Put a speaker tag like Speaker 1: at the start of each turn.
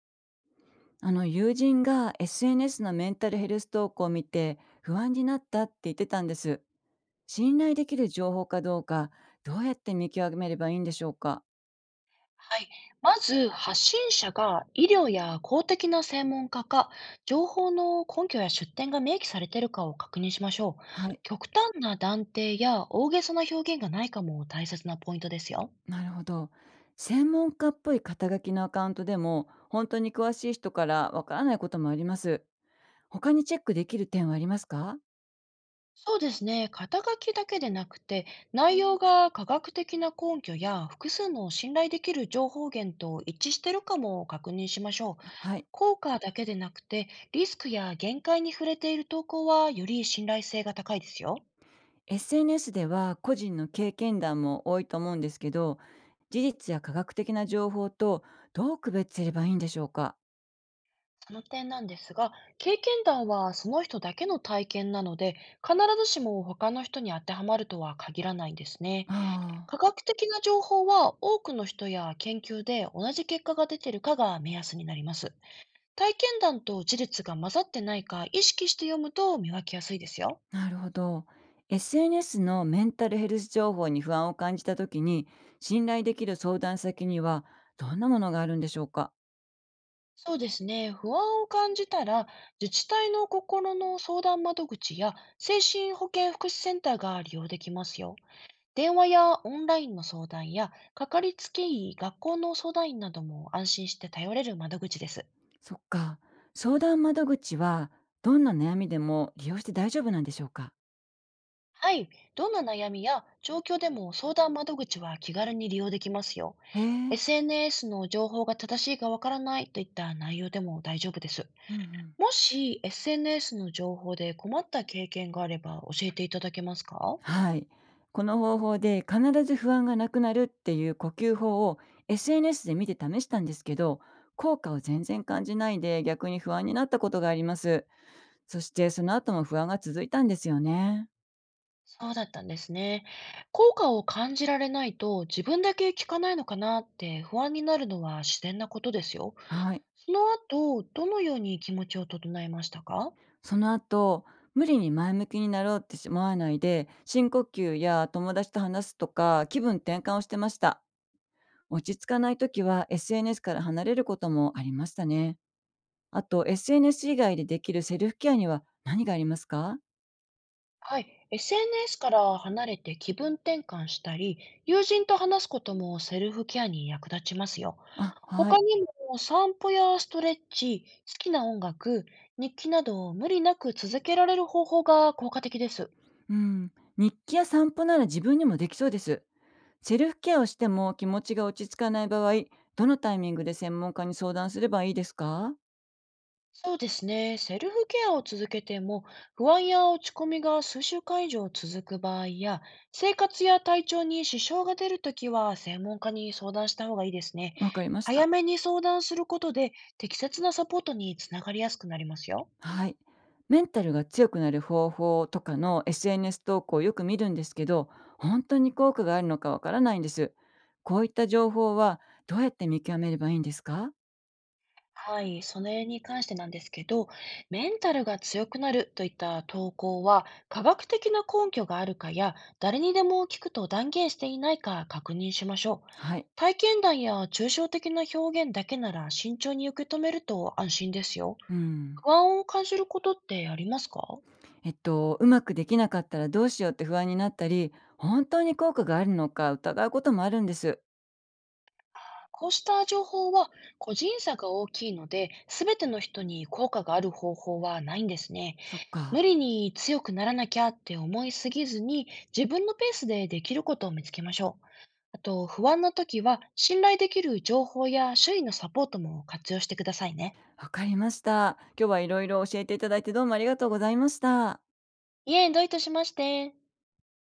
Speaker 1: あの友人が SNS のメンタルヘルス投稿を見て不安になったって言ってたんです。信頼できる情報かどうか、どうやって見極めればいいんでしょうか？
Speaker 2: はい。まず、発信者が医療や公的な専門家か、情報の根拠や出典が明記されているかを確認しましょう。
Speaker 1: はい、
Speaker 2: 極端な断定や大げさな表現がないかも大切なポイントですよ。
Speaker 1: なるほど。専門家っぽい肩書きのアカウントでも本当に詳しい人からわからないこともあります。他にチェックできる点はありますか？
Speaker 2: そうですね。肩書きだけでなくて、内容が科学的な根拠や複数の信頼できる情報源と一致しているかも確認しましょう。
Speaker 1: はい。
Speaker 2: 効果だけでなくて、リスクや限界に触れている投稿はより信頼性が高いですよ。
Speaker 1: SNS では個人の経験談も多いと思うんですけど、事実や科学的な情報と、どう区別すればいいんでしょうか？
Speaker 2: その点なんですが、経験談はその人だけの体験なので、必ずしも他の人に当てはまるとは限らないんですね。
Speaker 1: ああ、
Speaker 2: 科学的な情報は多くの人や研究で同じ結果が出てるかが目安になります。体験談と事実が混ざってないか意識して読むと見分けやすいですよ。
Speaker 1: なるほど。SNS のメンタルヘルス情報に不安を感じた時に、信頼できる相談先には、どんなものがあるんでしょうか？
Speaker 2: そうですね。不安を感じたら、自治体の心の相談窓口や精神保健福祉センターが利用できますよ。電話やオンラインの相談や、かかりつけ医、学校の相談員なども安心して頼れる窓口です。
Speaker 1: そっか。相談窓口は、どんな悩みでも利用して大丈夫なんでしょうか？
Speaker 2: はい。どんな悩みや状況でも相談窓口は気軽に利用できますよ。
Speaker 1: へえ。
Speaker 2: SNS の情報が正しいかわからないといった内容でも大丈夫です。
Speaker 1: うんうん。
Speaker 2: もし SNS の情報で困った経験があれば教えていただけますか？
Speaker 1: はい。この方法で必ず不安がなくなるっていう呼吸法を SNS で見て試したんですけど、効果を全然感じないで逆に不安になったことがあります。そしてその後も不安が続いたんですよね。
Speaker 2: そうだったんですね。効果を感じられないと自分だけ聞かないのかなって不安になるのは自然なことですよ。
Speaker 1: はい。
Speaker 2: その後、どのように気持ちを整えましたか？
Speaker 1: その後、無理に前向きになろうってしまわないで、深呼吸や友達と話すとか、気分転換をしてました。落ち着かない時は SNS から離れることもありましたね。あと、SNS 以外でできるセルフケアには何がありますか？
Speaker 2: はい、SNS から離れて気分転換したり、友人と話すこともセルフケアに役立ちますよ。
Speaker 1: あ、は
Speaker 2: 他
Speaker 1: い。
Speaker 2: にも散歩やストレッチ、好きな音楽、日記などを無理なく続けられる方法が効果的です。
Speaker 1: うん。日記や散歩なら自分にもできそうです。セルフケアをしても気持ちが落ち着かない場合、どのタイミングで専門家に相談すればいいですか？
Speaker 2: そうですね。セルフケアを続けても、不安や落ち込みが数週間以上続く場合や、生活や体調に支障が出るときは、専門家に相談した方がいいですね。
Speaker 1: わかりました。
Speaker 2: 早めに相談することで、適切なサポートにつながりやすくなりますよ。
Speaker 1: はい。メンタルが強くなる方法とかの SNS 投稿をよく見るんですけど、本当に効果があるのかわからないんです。こういった情報は、どうやって見極めればいいんですか？
Speaker 2: はい、それに関してなんですけど、メンタルが強くなるといった投稿は、科学的な根拠があるかや、誰にでも聞くと断言していないか確認しましょう。
Speaker 1: はい。
Speaker 2: 体験談や抽象的な表現だけなら慎重に受け止めると安心ですよ。
Speaker 1: うん。
Speaker 2: 不安を感じることってありますか？
Speaker 1: うまくできなかったらどうしようって不安になったり、本当に効果があるのか疑うこともあるんです。
Speaker 2: こうした情報は個人差が大きいので、すべての人に効果がある方法はないんですね。
Speaker 1: そっ
Speaker 2: 無
Speaker 1: か。
Speaker 2: 理に強くならなきゃって思いすぎずに、自分のペースでできることを見つけましょう。あと、不安な時は、信頼できる情報や周囲のサポートも活用してくださいね。
Speaker 1: わかりました。今日はいろいろ教えていただいてどうもありがとうございました。
Speaker 2: いえ、どういたしまして。